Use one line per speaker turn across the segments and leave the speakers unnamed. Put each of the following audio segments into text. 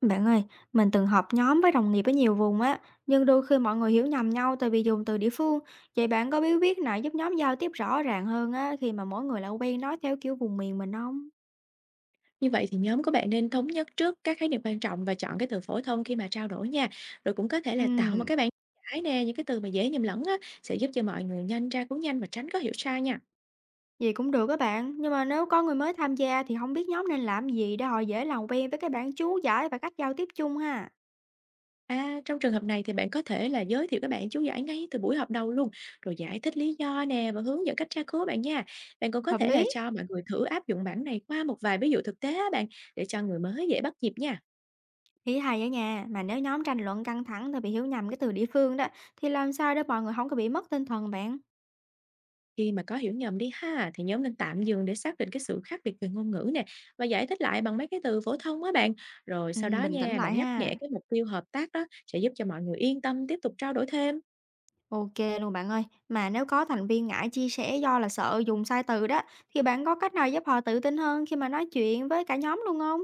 Bạn ơi, mình từng họp nhóm với đồng nghiệp ở nhiều vùng á, nhưng đôi khi mọi người hiểu nhầm nhau tại vì dùng từ địa phương. Vậy bạn có bí quyết nào giúp nhóm giao tiếp rõ ràng hơn á khi mà mỗi người lại quen nói theo kiểu vùng miền mình không?
Như vậy thì nhóm của bạn nên thống nhất trước các khái niệm quan trọng và chọn cái từ phổ thông khi mà trao đổi nha. Rồi cũng có thể là tạo một
Ừm,
cái bảng giải nè, những cái từ mà dễ nhầm lẫn á, sẽ giúp cho mọi người nhanh tra cứu nhanh và tránh có hiểu sai nha.
gì cũng được các bạn, nhưng mà nếu có người mới tham gia thì không biết nhóm nên làm gì để họ dễ làm quen với cái bản chú giải và cách giao tiếp chung ha.
À, trong trường hợp này thì bạn có thể là giới thiệu các bạn chú giải ngay từ buổi họp đầu luôn, rồi giải thích lý do nè và hướng dẫn cách tra cứu bạn nha. Bạn cũng có
Hợp
thể là
lý.
cho mọi người thử áp dụng bản này qua một vài ví dụ thực tế á bạn, để cho người mới dễ bắt nhịp nha.
Ý hay ở nhà, mà nếu nhóm tranh luận căng thẳng thì bị hiểu nhầm cái từ địa phương đó, thì làm sao để mọi người không có bị mất tinh thần bạn?
Khi mà có hiểu nhầm đi ha, thì nhóm nên tạm dừng để xác định cái sự khác biệt về ngôn ngữ nè và giải thích lại bằng mấy cái từ phổ thông á bạn. Rồi sau đó
Bình tĩnh
nha,
lại
bạn nhắc
ha.
nhẹ cái mục tiêu hợp tác đó sẽ giúp cho mọi người yên tâm tiếp tục trao đổi thêm.
OK luôn bạn ơi. Mà nếu có thành viên ngại chia sẻ do là sợ dùng sai từ đó, thì bạn có cách nào giúp họ tự tin hơn khi mà nói chuyện với cả nhóm luôn không?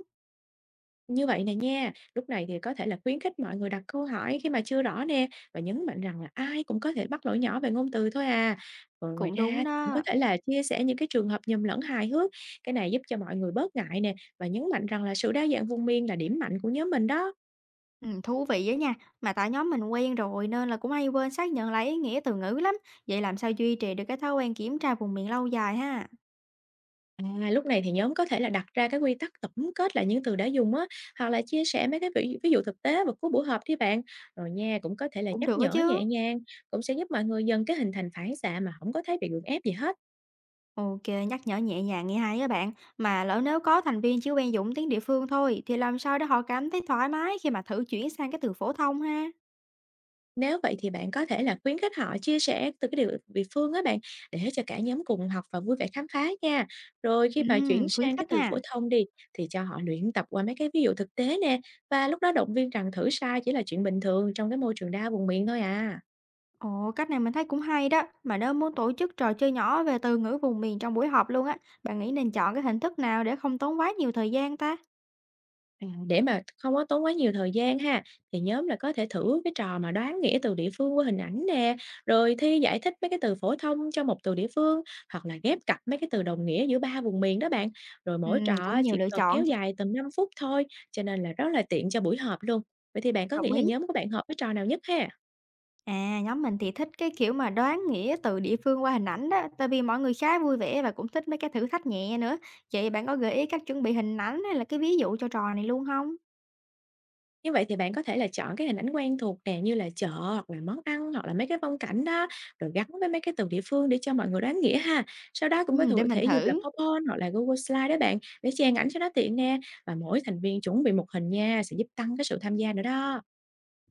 Như vậy nè nha, lúc này thì có thể là khuyến khích mọi người đặt câu hỏi khi mà chưa rõ nè, và nhấn mạnh rằng là ai cũng có thể mắc lỗi nhỏ về ngôn từ thôi à. Rồi ngoài
Cũng đúng
ra, cũng có
đó.
thể là chia sẻ những cái trường hợp nhầm lẫn hài hước. Cái này giúp cho mọi người bớt ngại nè, và nhấn mạnh rằng là sự đa dạng vùng miền là điểm mạnh của nhóm mình đó.
Thú vị á nha. Mà tại nhóm mình quen rồi nên là cũng hay quên xác nhận lại ý nghĩa từ ngữ lắm. Vậy làm sao duy trì được cái thói quen kiểm tra vùng miệng lâu dài ha?
À, lúc này thì nhóm có thể là đặt ra cái quy tắc tổng kết lại những từ đã dùng á, hoặc là chia sẻ mấy cái ví dụ thực tế vào cuối buổi họp đi bạn. Rồi nha, cũng có thể là
Cũng
nhắc
được á
nhở nhẹ
chứ.
nhàng, cũng sẽ giúp mọi người dần cái hình thành phản xạ mà không có thấy bị gượng ép gì hết.
OK, nhắc nhở nhẹ nhàng nghe hay á bạn. Mà lỡ nếu có thành viên chỉ quen dùng tiếng địa phương thôi, thì làm sao để họ cảm thấy thoải mái khi mà thử chuyển sang cái từ phổ thông ha?
Nếu vậy thì bạn có thể là khuyến khích họ chia sẻ từ cái điều địa phương á bạn, để cho cả nhóm cùng học và vui vẻ khám phá nha. Rồi khi mà chuyển
Khuyến
sang cái
khích
từ phổ
ha.
thông đi, thì cho họ luyện tập qua mấy cái ví dụ thực tế nè, và lúc đó động viên rằng thử sai chỉ là chuyện bình thường trong cái môi trường đa vùng miền thôi à.
Ồ, cách này mình thấy cũng hay đó, mà nếu muốn tổ chức trò chơi nhỏ về từ ngữ vùng miền trong buổi họp luôn á, bạn nghĩ nên chọn cái hình thức nào để không tốn quá nhiều thời gian ta?
À, để mà không có tốn quá nhiều thời gian ha, thì nhóm là có thể thử cái trò mà đoán nghĩa từ địa phương qua hình ảnh nè, rồi thi giải thích mấy cái từ phổ thông cho một từ địa phương, hoặc là ghép cặp mấy cái từ đồng nghĩa giữa ba vùng miền đó bạn. Rồi
Ừ,
mỗi
cũng
trò
nhiều
chỉ
lựa
cần
chọn
kéo
chứ,
dài tầm 5 phút thôi, cho nên là rất là tiện cho buổi họp luôn. Vậy thì bạn có
đồng
nghĩ là
ý.
nhóm của bạn hợp với trò nào nhất ha?
À, nhóm mình thì thích cái kiểu mà đoán nghĩa từ địa phương qua hình ảnh đó, tại vì mọi người khá vui vẻ và cũng thích mấy cái thử thách nhẹ nữa. Vậy bạn có gợi ý cách chuẩn bị hình ảnh hay là cái ví dụ cho trò này luôn không?
Như vậy thì bạn có thể là chọn cái hình ảnh quen thuộc nè, như là chợ, hoặc là món ăn, hoặc là mấy cái phong cảnh đó, rồi gắn với mấy cái từ địa phương để cho mọi người đoán nghĩa ha. Sau đó cũng có
Ừ,
thể
để mình
thể dục là
thử.
PowerPoint hoặc là Google Slide đó bạn, để chèn ảnh cho nó tiện nè. Và mỗi thành viên chuẩn bị một hình nha, sẽ giúp tăng cái sự tham gia nữa đó.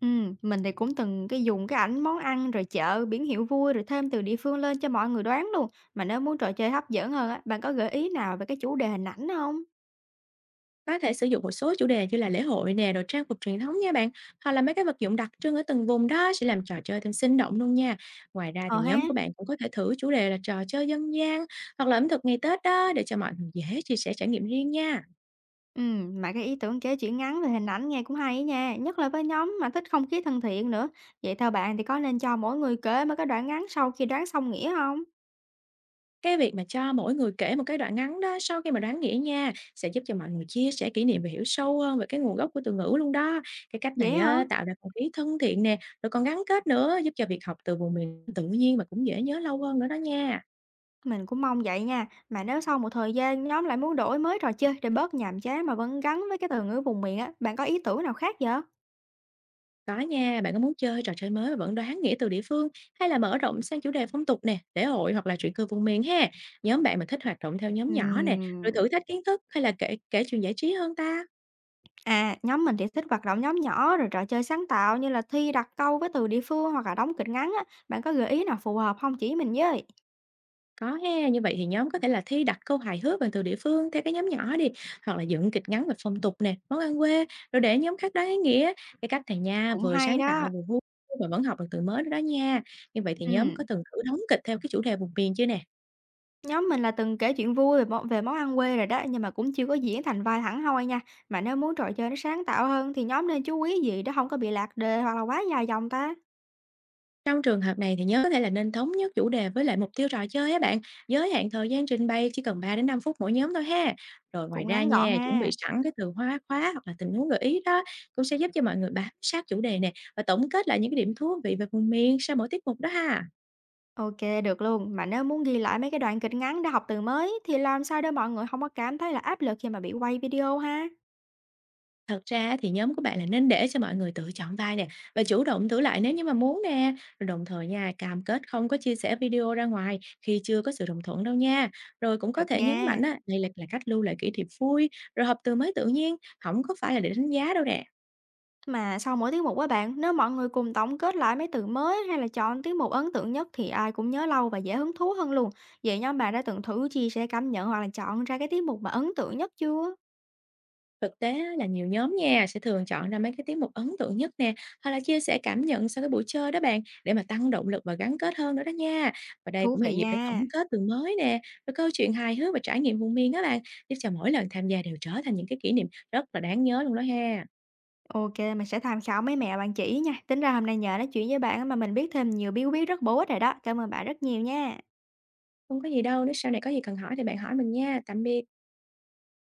Mình thì cũng từng dùng cái ảnh món ăn, rồi chợ, biển hiệu vui, rồi thêm từ địa phương lên cho mọi người đoán luôn. Mà nếu muốn trò chơi hấp dẫn hơn á, bạn có gợi ý nào về cái chủ đề hình ảnh không?
Có thể sử dụng một số chủ đề như là lễ hội nè, rồi trang phục truyền thống nha bạn, hoặc là mấy cái vật dụng đặc trưng ở từng vùng đó, sẽ làm trò chơi thêm sinh động luôn nha. Ngoài ra
Ờ
thì
ha.
nhóm của bạn cũng có thể thử chủ đề là trò chơi dân gian, hoặc là ẩm thực ngày Tết đó, để cho mọi người dễ chia sẻ trải nghiệm riêng nha.
Mà cái ý tưởng kể chuyện ngắn về hình ảnh nghe cũng hay á nha, nhất là với nhóm mà thích không khí thân thiện nữa. Vậy theo bạn thì có nên cho mỗi người kể mấy cái đoạn ngắn sau khi đoán xong nghĩa không?
Cái việc mà cho mỗi người kể một cái đoạn ngắn đó sau khi mà đoán nghĩa nha, sẽ giúp cho mọi người chia sẻ kỷ niệm và hiểu sâu hơn về cái nguồn gốc của từ ngữ luôn đó. Cái cách
Vậy
này
hả?
á, tạo ra không khí thân thiện nè, rồi còn gắn kết nữa, giúp cho việc học từ vùng miền tự nhiên mà cũng dễ nhớ lâu hơn nữa đó nha.
Mình cũng mong vậy nha. Mà nếu sau một thời gian nhóm lại muốn đổi mới trò chơi để bớt nhàm chán mà vẫn gắn với cái từ ngữ vùng miền á, bạn có ý tưởng nào khác vậy?
Có nha, bạn có muốn chơi trò chơi mới mà vẫn đoán nghĩa từ địa phương, hay là mở rộng sang chủ đề phong tục nè, lễ hội, hoặc là chuyện cười vùng miền ha? Nhóm bạn mà thích hoạt động theo nhóm nhỏ nè, rồi
Ừm.
thử thách kiến thức, hay là kể kể chuyện giải trí hơn ta?
À, nhóm mình thì thích hoạt động nhóm nhỏ rồi trò chơi sáng tạo như là thi đặt câu với từ địa phương hoặc là đóng kịch ngắn á. Bạn có gợi ý nào phù hợp không chỉ mình với?
Có ha, như vậy thì nhóm có thể là thi đặt câu hài hước bằng từ địa phương theo cái nhóm nhỏ đi, hoặc là dựng kịch ngắn về phong tục nè, món ăn quê, rồi để nhóm khác đoán ý nghĩa. Cái cách này nha,
Cũng
vừa
hay
sáng
đó.
tạo vừa vui mà vẫn học được từ mới nữa đó nha. Như vậy thì nhóm
Ừ,
có từng thử đóng kịch theo cái chủ đề vùng miền chưa nè?
nhóm mình là từng kể chuyện vui về, về món ăn quê rồi đó, nhưng mà cũng chưa có diễn thành vai hẳn hoi nha. Mà nếu muốn trò chơi nó sáng tạo hơn thì nhóm nên chú ý gì để không có bị lạc đề hoặc là quá dài dòng ta.
Trong trường hợp này thì nhớ có thể là nên thống nhất chủ đề với lại mục tiêu trò chơi á bạn, giới hạn thời gian trình bày chỉ cần 3 đến 5 phút mỗi nhóm thôi ha. Rồi ngoài
Cũng
ra
ngắn gọn
nha, chuẩn bị
ha.
sẵn cái từ khóa khóa hoặc là tình huống gợi ý đó, cũng sẽ giúp cho mọi người bám sát chủ đề nè, và tổng kết lại những cái điểm thú vị về vùng miền sau mỗi tiết mục đó ha.
OK, được luôn. Mà nếu muốn ghi lại mấy cái đoạn kịch ngắn để học từ mới thì làm sao để mọi người không có cảm thấy là áp lực khi mà bị quay video ha?
Thật ra á, thì nhóm của bạn là nên để cho mọi người tự chọn vai nè, và chủ động thử lại nếu như mà muốn nè. Rồi đồng thời nha, cam kết không có chia sẻ video ra ngoài khi chưa có sự đồng thuận đâu nha. Rồi cũng có
Được
thể nhấn
nha.
mạnh á, đây là cách lưu lại kỷ niệm vui, rồi học từ mới tự nhiên, không có phải là để đánh giá đâu nè.
Mà sau mỗi tiết mục á bạn, nếu mọi người cùng tổng kết lại mấy từ mới hay là chọn tiết mục ấn tượng nhất thì ai cũng nhớ lâu và dễ hứng thú hơn luôn. Vậy nhóm bạn đã từng thử chia sẻ cảm nhận hoặc là chọn ra cái tiết mục mà ấn tượng nhất chưa?
Thực tế á, là nhiều nhóm nha sẽ thường chọn ra mấy cái tiết mục ấn tượng nhất nè, hoặc là chia sẻ cảm nhận sau cái buổi chơi đó bạn, để mà tăng động lực và gắn kết hơn nữa đó nha. Và đây
Thú
cũng là
vị
dịp để
nha.
tổng kết từ mới nè, rồi câu chuyện hài hước và trải nghiệm vùng miền đó bạn, giúp cho mỗi lần tham gia đều trở thành những cái kỷ niệm rất là đáng nhớ luôn đó ha.
OK, mình sẽ tham khảo mấy mẹo bạn chỉ nha. Tính ra hôm nay nhờ nói chuyện với bạn á mà mình biết thêm nhiều bí quyết rất bổ ích rồi đó. Cảm ơn bạn rất nhiều nha.
Không có gì đâu, nếu sau này có gì cần hỏi thì bạn hỏi mình nha. Tạm biệt.